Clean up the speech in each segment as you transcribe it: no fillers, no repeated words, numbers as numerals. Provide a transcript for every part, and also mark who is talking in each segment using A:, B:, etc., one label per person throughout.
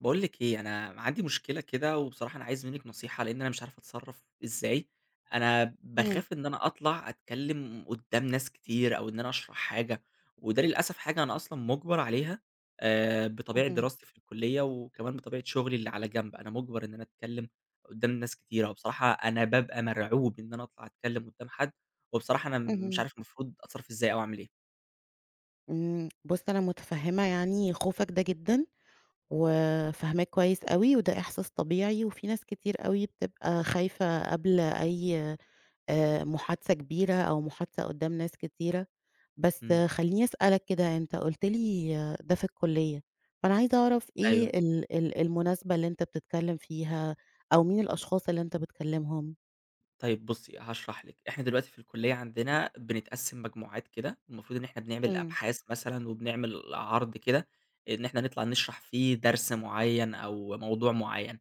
A: باقول لِك إيه، أنا عندي مشكلة كده وبصراحة أنا عايز منِّك نصيحة، لإن أنا مش عارف أتصرّف إزاي، أنا
B: إمم.
A: باخاف إن أنا أطلع أتكلّم قُدّام ناس كتير أو إن أنا أشرح حاجة، وده للأسف حاجة أنا أصلًا مُجبَر عليها بطبيعة
B: اهم.
A: دراستي في الكُلّية وكمان بطبيعة شُغلي اللي على جنب، أنا مُجبَر إن أنا أتكلّم قُدّام ناس كتيرة وبصراحة أنا بابقى مرعوب إن أنا أطلع أتكلّم قُدّام حد، وبصراحة أنا مش
B: اهم.
A: عارف المفروض أتصرّف إزاي أو أعمل إيه.
B: إمم. بُص، أنا متفهمة يعني خوفك ده جدًا، وفاهماك كويس أوي، وده إحساس طبيعي، وفي ناس كتير أوي بتبقى خايفة قبل أي محادثة كبيرة أو محادثة قدّام ناس كتيرة. بس
A: إمم،
B: خلّيني أسألك كده، أنت قُلت لي ده في الكلية، فأنا عايزة أعرف
A: أيوه.
B: إيه ال المناسبة اللي أنت بتتكلم فيها، أو مين الأشخاص اللي أنت بتكلمهم؟
A: طيب بُصّي، هاشرح لِك. إحنا دلوقتي في الكلية عندنا بنتقسّم مجموعات كده، المفروض إن إحنا بنعمل
B: إمم.
A: أبحاث مثلًا وبنعمل عرض كده، إن إحنا نطلع نشرح فيه درس معيّن أو موضوع معيّن.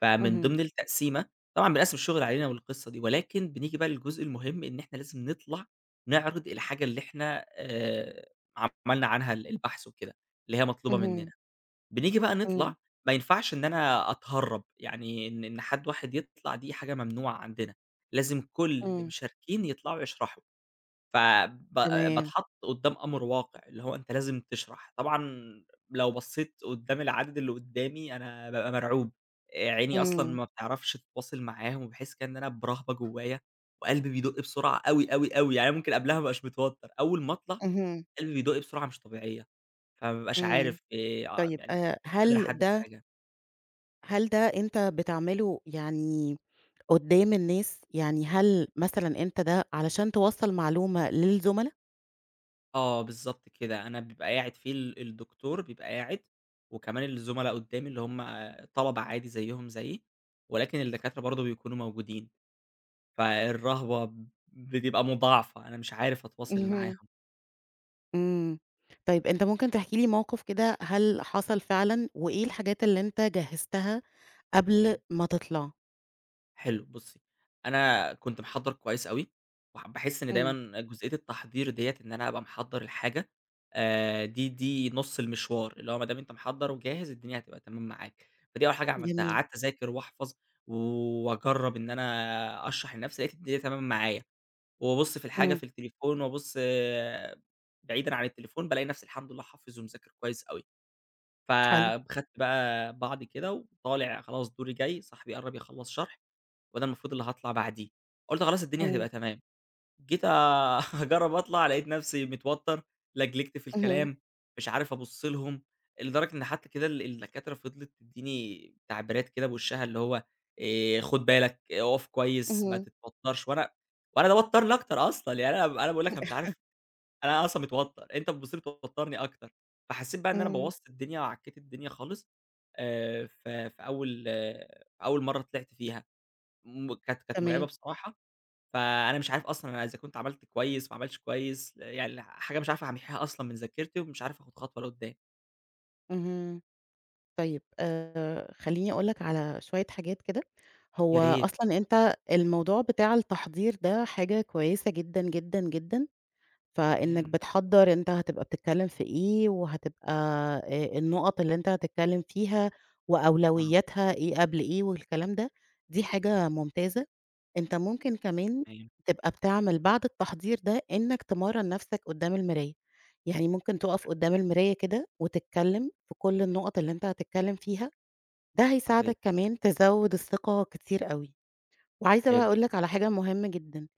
A: فمن
B: اهم.
A: ضمن التقسيمة طبعًا بنقسّم الشغل علينا والقصة دي، ولكن بنيجي بقى للجزء المهم إن إحنا لازم نطلع نعرض الحاجة اللي إحنا عملنا عنها البحث وكده، اللي هي مطلوبة
B: اهم.
A: مننا. بنيجي بقى نطلع،
B: إمم.
A: ما ينفعش إن أنا أتهرّب، يعني إن حد واحد يطلع دي حاجة ممنوعة عندنا، لازم كل اللي
B: إمم.
A: مشاركين يطلعوا يشرحوا، فب
B: تمام.
A: باتحط قدّام أمر واقع، اللي هو أنت لازم تشرح، طبعًا لو بصّيت قدّام العدد اللي قدّامي أنا بابقى مرعوب، عيني أصلًا
B: إمم.
A: ما بتعرفش تتواصل معاهم، وباحس كده إن أنا برهبة جوايا، وقلبي بيدق بسرعة أوي، أوي، أوي، يعني أنا ممكن قبلها ما ابقاش متوتر، أول ما أطلع
B: اهم.
A: قلبي بيدق بسرعة مش طبيعية. فما بابقاش
B: إمم.
A: عارف
B: طيب
A: يعني مش قادر
B: هل
A: أحدد
B: ده
A: حاجة.
B: هل ده أنت بتعمله يعني قدّام الناس؟ يعني هل مثلًا أنت ده علشان توصّل معلومة للزملا؟
A: آه، بالضبط كده، أنا بيبقى قاعد في الدكتور بيبقى قاعد، وكمان الزملا قدّامي اللي هم طلبة عادي زيّهم زيي، ولكن الدكاترة برضه بيكونوا موجودين، فالرهبة بتبقى مضاعفة، أنا مش عارف أتواصل
B: اهم.
A: معاهم
B: إمم. طيب أنت ممكن تحكي لي موقف كده، هل حصل فعلًا، وإيه الحاجات اللي أنت جهّزتها قبل
A: أكيد.
B: ما تطلع؟
A: حلو، بُصّي، أنا كنت محضّر كويس أوي، باحس إن
B: إمم.
A: دايمًا جزئية التحضير ديّة إن أنا أبقى محضّر الحاجة، دي نُص المشوار، اللي هو ما دام أنت محضّر وجاهز الدنيا هتبقى تمام معاك، فدي أول حاجة عملتها،
B: جميل.
A: قعدت أذاكر وأحفظ وأجرّب إن أنا أشرح لنفسي، لقيت الدنيا تمام معايا، وأبُص في الحاجة
B: إمم.
A: في التليفون وأبُص آه، بعيدًا عن التليفون، بالاقي نفسي الحمد لله حافظ ومذاكر كويس أوي،
B: حلو.
A: فخدت بقى بعضي كده وطالع خلاص دوري جاي، صاحبي قرّب يخلّص شرح وأنا المفروض اللي هاطلع بعديه. قُلت خلاص الدنيا
B: إمم.
A: هتبقى تمام. جيت أجرّب أطلع لقيت نفسي متوتر، لجلجت في
B: اهم.
A: الكلام، مش عارف أبُص لهم، لدرجة إن حتى كده الدكاترة فضلت تدّيني تعبيرات كده بوشّها اللي هو خُد بالك، إيه، اقف كويس، ما
B: اهم.
A: تتوترش، وأنا ده وتّرني أكتر أصلًا، يعني أنا باقول لك أنا مش عارف أنا أصلًا متوتر، أنت بتبُص لي بتوترني أكتر. فحسّيت بقى إن أنا
B: إمم.
A: بوّظت الدنيا وعكّيت الدنيا خالص ف في أول آه، في أول مرّة طلعت فيها. م كانت كانت مرعبة
B: تمام.
A: بصراحة، فأنا مش عارف أصلًا أنا إذا كنت عملت كويس ما عملتش كويس، يعني حاجة مش عارف أمحيها أصلًا من ذاكرتي ومش عارف آخد خطوة لقدام.
B: اهم. طيب خلّيني أقول لك على شوية حاجات كده.
A: يا
B: هو
A: ريت،
B: أصلًا أنت الموضوع بتاع التحضير ده حاجة كويسة جدًا، جدًا، جدًا، فإنّك
A: تمام،
B: بتحضّر أنت هتبقى بتتكلّم في إيه، وهتبقى النُقط اللي أنت هتتكلّم فيها
A: آه،
B: وأولوياتها إيه قبل إيه والكلام ده، دي حاجة ممتازة. أنت ممكن كمان
A: تمام،
B: تبقى بتعمل بعد التحضير ده إنّك تمرّن نَفْسك قدّام المراية. يعني ممكن تُقف قدّام المراية كده وتتكلّم في كل النُقط اللي أنت هتتكلّم فيها، ده
A: صحيح،
B: هيساعدك كمان تزوّد الثقة كتير أوي. وعايزة بقى
A: حلو،
B: أقول لك على حاجة مهمة جدًا،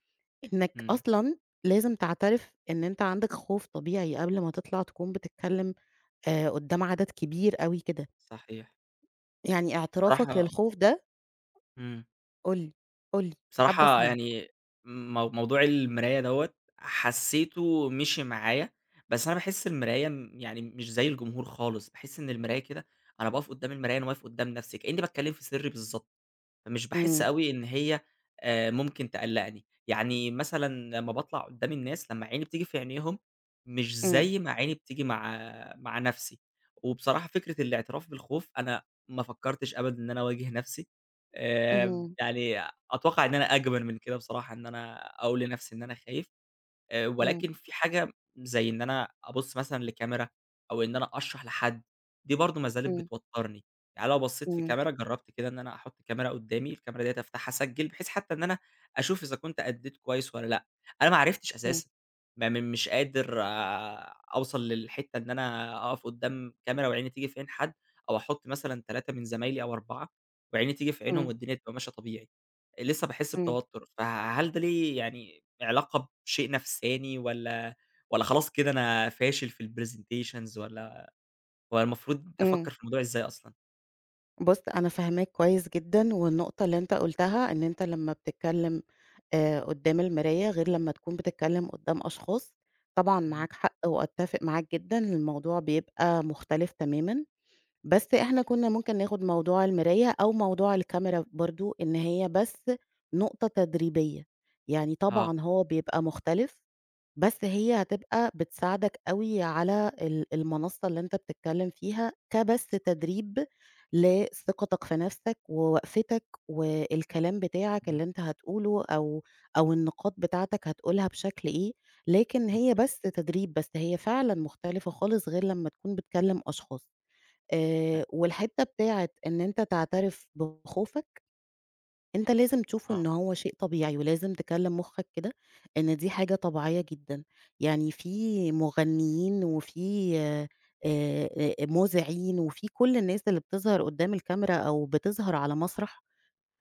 B: إنك
A: إمم،
B: أصلًا لازم تعترف إن أنت عندك خوف طبيعي قبل ما تطلع تكون بتتكلم قدّام عدد كبير أوي كده،
A: صحيح.
B: يعني اعترافك
A: بصراحة
B: للخوف ده.
A: إمم،
B: قُل لي، قُل لي، حابة
A: بصراحة
B: أسمعك.
A: يعني مو موضوع المراية دوّة حسيته مشي معايا، بس أنا باحس المراية يعني مش زي الجمهور خالص، باحس إن المراية كده أنا باقف قدام المراية أنا واقف قدام نفسي، كأني باتكلم في سري بالضبط. مش باحس
B: إمم.
A: أوي إن هي ممكن تقلّقني، يعني مثلًا لمّا باطلع قدّام الناس لمّا عيني بتيجي في عينيهم، مش
B: إمم.
A: زي ما عيني بتيجي مع نَفْسي، وبصراحة فكرة الاعتراف بالخوف أنا ما فكّرتش أبدًا إن أنا أواجه نَفْسي،
B: اهم.
A: يعني أتوقع إن أنا أجبن من كده بصراحة إن أنا أقول لنَفْسي إن أنا خايف.
B: إمم.
A: ولكن في حاجة زي إن أنا أبُص مثلًا لكاميرا أو إن أنا أشرح لحد، دي برضه ما زالت
B: إمم.
A: بتوتّرني. يعني لو بصّيت في
B: إمم.
A: كاميرا جرّبت كده إن أنا أحُط كاميرا قدّامي، الكاميرا ديّة أفتحها أسجّل، بحيث حتّى إن أنا أشوف إذا كنت أدّيت كويس والّا لأ. أنا ما عرفتش
B: إمم.
A: أساسًا، ما م مش قادر آه، أوصل للحتّة إن أنا أقف قدّام كاميرا وعيني تيجي في عين حد أو أحُط مثلًا 3 من زمايلي أو 4 وعيني تيجي في عينهم
B: إمم.
A: والدنيا تبقى ماشية طبيعي. لسه باحس
B: إمم.
A: بتوتُّر، فهل ده ليه يعني علاقة بشيء نفساني والّا خلاص كده أنا فاشل في الpresentations والّا المفروض
B: إمم.
A: أفكّر في الموضوع إزاي أصلًا؟
B: بُص، أنا فاهماك كويس جدًا، والنقطة اللي أنت قُلتها إن أنت لمّا بتتكلم قدّام المراية غير لمّا تكون بتتكلم قدّام أشخاص، طبعًا
A: إمم.
B: معاك حق وأتّفق معاك جدًا، الموضوع بيبقى مختلف تمامًا. بس إحنا كنا ممكن ناخد موضوع المراية أو موضوع الكاميرا برضه، إن هي بس نقطة تدريبية، يعني
A: آه.
B: طبعًا هو بيبقى مختلف، بس هي هتبقى بتساعدك أوي على ال المنصة اللي أنت بتتكلم فيها، كبس تدريب لثقتك في نفسك، ووقفتك، والكلام بتاعك
A: إمم.
B: اللي أنت هتقوله أو النقاط بتاعتك هتقولها بشكل إيه، لكن هي
A: ممكن
B: بس تدريب، بس هي فعلًا مختلفة خالص غير لمّا تكون بتكلم أشخاص.
A: فعلًا
B: والحتّة بتاعة إن أنت تعترف بخوفك، أنت لازم تشوفه
A: آه.
B: إن هو شيء طبيعي، ولازم تكلّم مُخّك كده إن دي حاجة طبيعية جدًا. يعني في مغنيين وفي مُذيعين وفي كل الناس اللي بتظهر قدّام الكاميرا أو بتظهر على مسرح،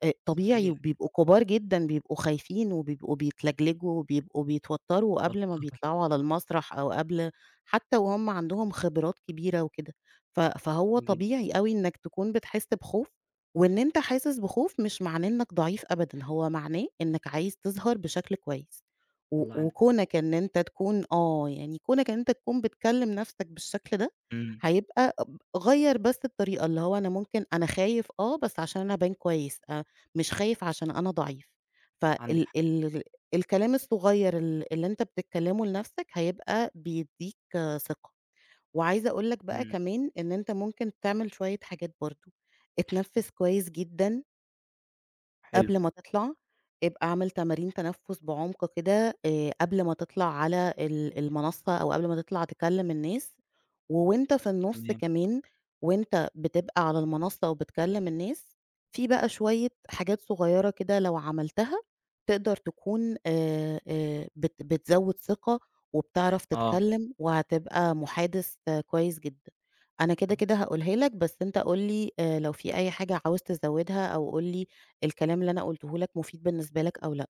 B: طبيعي
A: صحيح.
B: وبيبقوا كبار جدًا، بيبقوا خايفين وبيبقوا بيتلجلجوا وبيبقوا بيتوتّروا قبل ما
A: مضغوط
B: بيطلعوا على المسرح أو قبل، حتى وهُم عندهم خبرات كبيرة وكده، فهو
A: جدًا.
B: طبيعي أوي إنّك تكون بتحس بخوف، وإن أنت حاسس بخوف مش معناه إنّك ضعيف أبدًا، هو معناه إنّك عايز تظهر بشكل كويس. و
A: والله عندِك حق.
B: وكونك إن أنت تكون يعني كونك إن أنت تكون بتكلّم نَفْسك بالشكل ده
A: إمم.
B: هيبقى غيّر بس الطريقة، اللي هو أنا ممكن أنا خايف بس عشان أنا أبان كويس مش خايف عشان أنا ضعيف،
A: عندِك
B: فال
A: حق.
B: ال الكلام الصغير اللي أنت بتتكلمه لنفسك هيبقى بيدّيك ثقة. وعايزة أقول لك بقى
A: إمم.
B: كمان إن أنت ممكن تعمل شوية حاجات برضه. اتنفّس كويس جدًا
A: حلو.
B: قبل ما تطلع، ابقى اعمل تمارين تنفس بعمق كده قبل ما تطلع على المنصة أو قبل ما تطلع تكلم الناس، ووانت في النص
A: تمام.
B: كمان وانت بتبقى على المنصة وبتكلم الناس، في بقى شوية حاجات صغيرة كده لو عملتها تقدر تكون بتزود ثقة وبتعرف
A: آه.
B: تتكلم وهتبقى محادث كويس جدا. أنا كده
A: طَب
B: كده هقولها لك، بس انت قولي لو في أي حاجة عاوز تزودها، أو قولي الكلام اللي أنا قُلته لك مفيد بالنسبة لك أو لأ.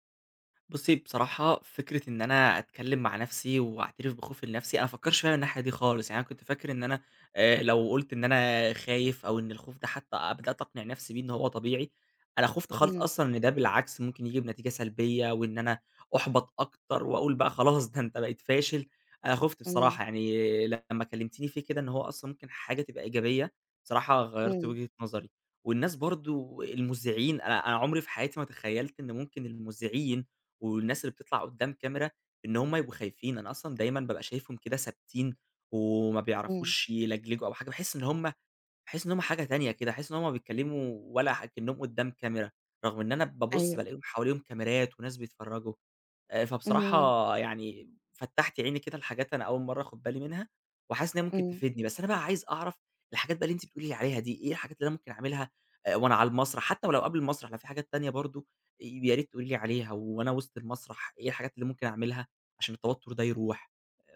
A: بُصّي، بصراحة فكرة إن أنا أتكلّم مع نَفْسي وأعترف بخوفي لنَفْسي، أنا ما فكّرتش فيها من الناحية دي خالص، يعني أنا كنت فاكر إن أنا لو قُلت إن أنا خايف أو إن الخوف ده حتّى بدأت أقنع نَفْسي بيه إن هو طبيعي، أنا خُفت خالص
B: إمم.
A: أصلًا إن ده بالعكس ممكن يجيب نتيجة سلبية وإن أنا أُحبَط أكتر وأقول بقى خلاص ده أنت بقيت فاشل، أنا خُفت
B: إمم.
A: بصراحة يعني لمّا كلّمتيني فيه كده إن هو أصلًا ممكن حاجة تبقى إيجابية، بصراحة غيّرت
B: إمم.
A: وجهة نظري والناس برضه المذيعين أنا عمري في حياتي ما تخيّلت إن ممكن المذيعين والناس اللي بتطلع قدّام كاميرا إن هم يبقوا خايفين، أنا أصلًا دايمًا بابقى شايفهم كده ثابتين وما
B: إمم.
A: بيعرفوش يلجلجوا أو حاجة، باحس إن هم حاجة تانية كده، باحس إن هم بيتكلموا ولا أكنهم قدّام كاميرا، رغم إن أنا بابُص
B: أيوه.
A: بالاقيهم حواليهم كاميرات وناس بيتفرّجوا. فبصراحة
B: اهم.
A: يعني فتّحتِ عيني كده لحاجات أنا أول مرّة آخُد بالي منها، وحاسس إن هي ممكن
B: إمم.
A: تفيدني، بس أنا بقى عايز أعرف الحاجات بقى اللي أنتِ بتقولي لي عليها دي، إيه الحاجات اللي أنا ممكن أعملها وأنا على المسرح، حتى ولو قبل المسرح لو في حاجات تانية برضه يا ريت تقولي لي عليها، وأنا وسط المسرح إيه الحاجات اللي ممكن أعملها عشان التوتُّر ده يروح؟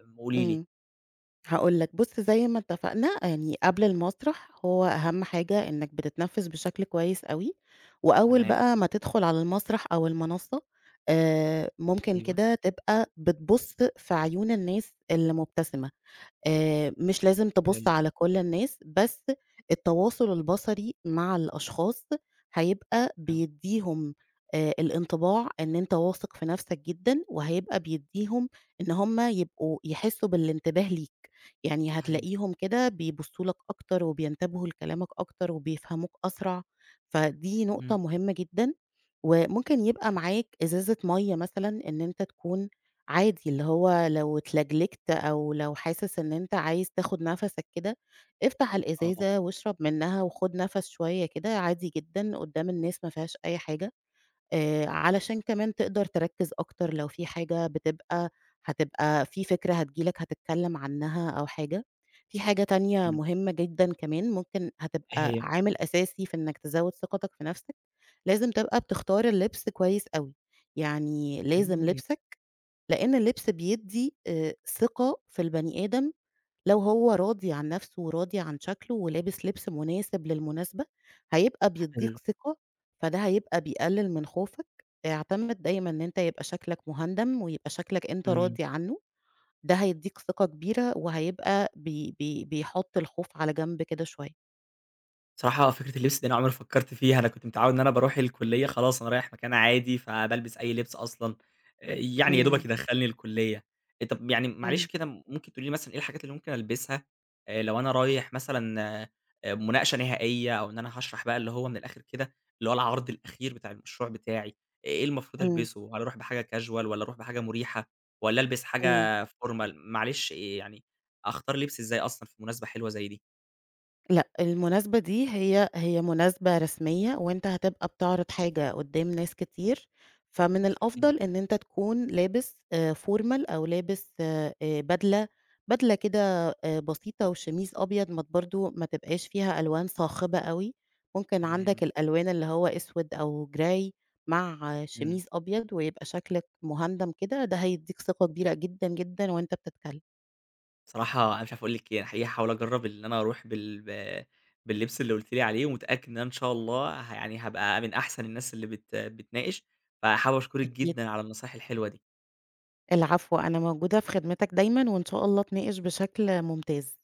A: قولي لي.
B: إمم. هاقول لك، بُص زي ما اتفقنا يعني قبل المسرح هو أهم حاجة إنك بتتنفّس بشكل كويس أوي، وأول
A: تمام،
B: بقى ما تدخل على المسرح أو المنصة ممكن
A: أيوه،
B: كده تبقى بتبُص في عيون الناس اللي مبتسمة، مش لازم تبُص
A: حلو،
B: على كل الناس، بس التواصل البصري مع الأشخاص هيبقى
A: آه،
B: بيدّيهم الانطباع إن أنت واثق في نَفْسك جدًا، وهيبقى بيدّيهم إن هُم يبقوا يحسّوا بالانتباه ليك، يعني
A: صحيح،
B: هتلاقيهم كده بيبُصّوا لك أكتر وبينتبهوا لكلامك أكتر وبيفهموك أسرع، فدي نقطة
A: إمم،
B: مهمة جدًا. وممكن يبقى
A: صحيح،
B: معاك إزازة مَيّة مثلًا إن أنت تكون عادي، اللي هو لو اتلجلجت أو لو حاسس إن أنت عايز تاخد نَفَسك كده، افتح
A: آه،
B: الإزازة واشرب منها وخُد نَفَس شوية كده عادي جدًا قدّام الناس، ما فيهاش أي حاجة، علشان كمان تقدر تركّز أكتر لو في حاجة بتبقى هتبقى في فكرة هتيجي لك هتتكلّم عنها أو حاجة. في حاجة تانية
A: إمم،
B: مهمة جدًا كمان ممكن
A: إيه
B: هتبقى
A: هي؟
B: عامل أساسي في إنّك تزوّد ثقتك في نَفْسك، لازم تبقى بتختار اللبس كويس أوي، يعني لازم
A: إمم،
B: لبسك، لأن اللبس بيدّي ثقة في البني آدم، لو هو راضي عن نَفْسه وراضي عن شكله ولابس لبس مناسب للمناسبة، هيبقى بيدّيك
A: حلو،
B: ثقة، فده هيبقى بيقلل من خوفك. اعتمد دايمًا إن أنت يبقى شكلك مُهندم ويبقى شكلك أنت
A: إمم.
B: راضي عنّه، ده هيدّيك ثقة كبيرة وهيبقى بي بي بيحُط الخوف على جنب كده شوية.
A: بصراحة فكرة اللبس دي أنا عمري ما فكّرت فيها، أنا كنت متعوّد إن أنا باروح الكُلّية خلاص أنا رايح مكان عادي، فبالبس أي لبس أصلًا، يعني يا دوبك
B: إمم.
A: يدخّلني الكُلّية. طَب يعني معلش
B: إمم.
A: كده ممكن تقولي لي مثلًا إيه الحاجات اللي ممكن ألبسها لو أنا رايح مثلًا مناقشة نهائية أو إن أنا هاشرح بقى اللي هو من الآخِر كده، اللي هو العرض الأخير بتاع المشروع بتاعي، آه، إيه المفروض
B: إمم.
A: ألبسه؟ هل أروح بحاجة casual والّا أروح بحاجة مُريحة والّا ألبس
B: إمم.
A: حاجة formal؟ معلش يعني أختار لبس إزاي أصلًا في مناسبة حلوة زي دي؟
B: لأ، المناسبة دي هي مناسبة رسمية، وأنت هتبقى بتعرض حاجة قدّام ناس كتير، فمن
A: صحيح،
B: الأفضل إن أنت تكون لابس formal أو لابس بدلة كده بسيطة وشميز أبيض، ما ت برضه ما تبقاش فيها ألوان صاخبة أوي، ممكن
A: تمام.
B: عندك الألوان اللي هو أسود أو grey، مع
A: إمم.
B: شميز أبيض ويبقى شكلك مهندم كده، ده هيدّيك ثقة كبيرة جدًا، جدًا وأنت بتتكلم.
A: بصراحة أنا مش عارف أقول لِك إيه، أنا حقيقي هاحاول أجرّب إن أنا أروح باللبس اللي قُلتِ لي عليه، ومتأكد إن أنا إن شاء الله يعني هابقى من أحسن الناس اللي بتناقش، فحابب أشكرِك
B: أكيد.
A: جدًا على النصايح الحلوة دي.
B: العفو، أنا موجودة في خدمتك دايمًا، وإن شاء الله اتناقش بشكل ممتاز.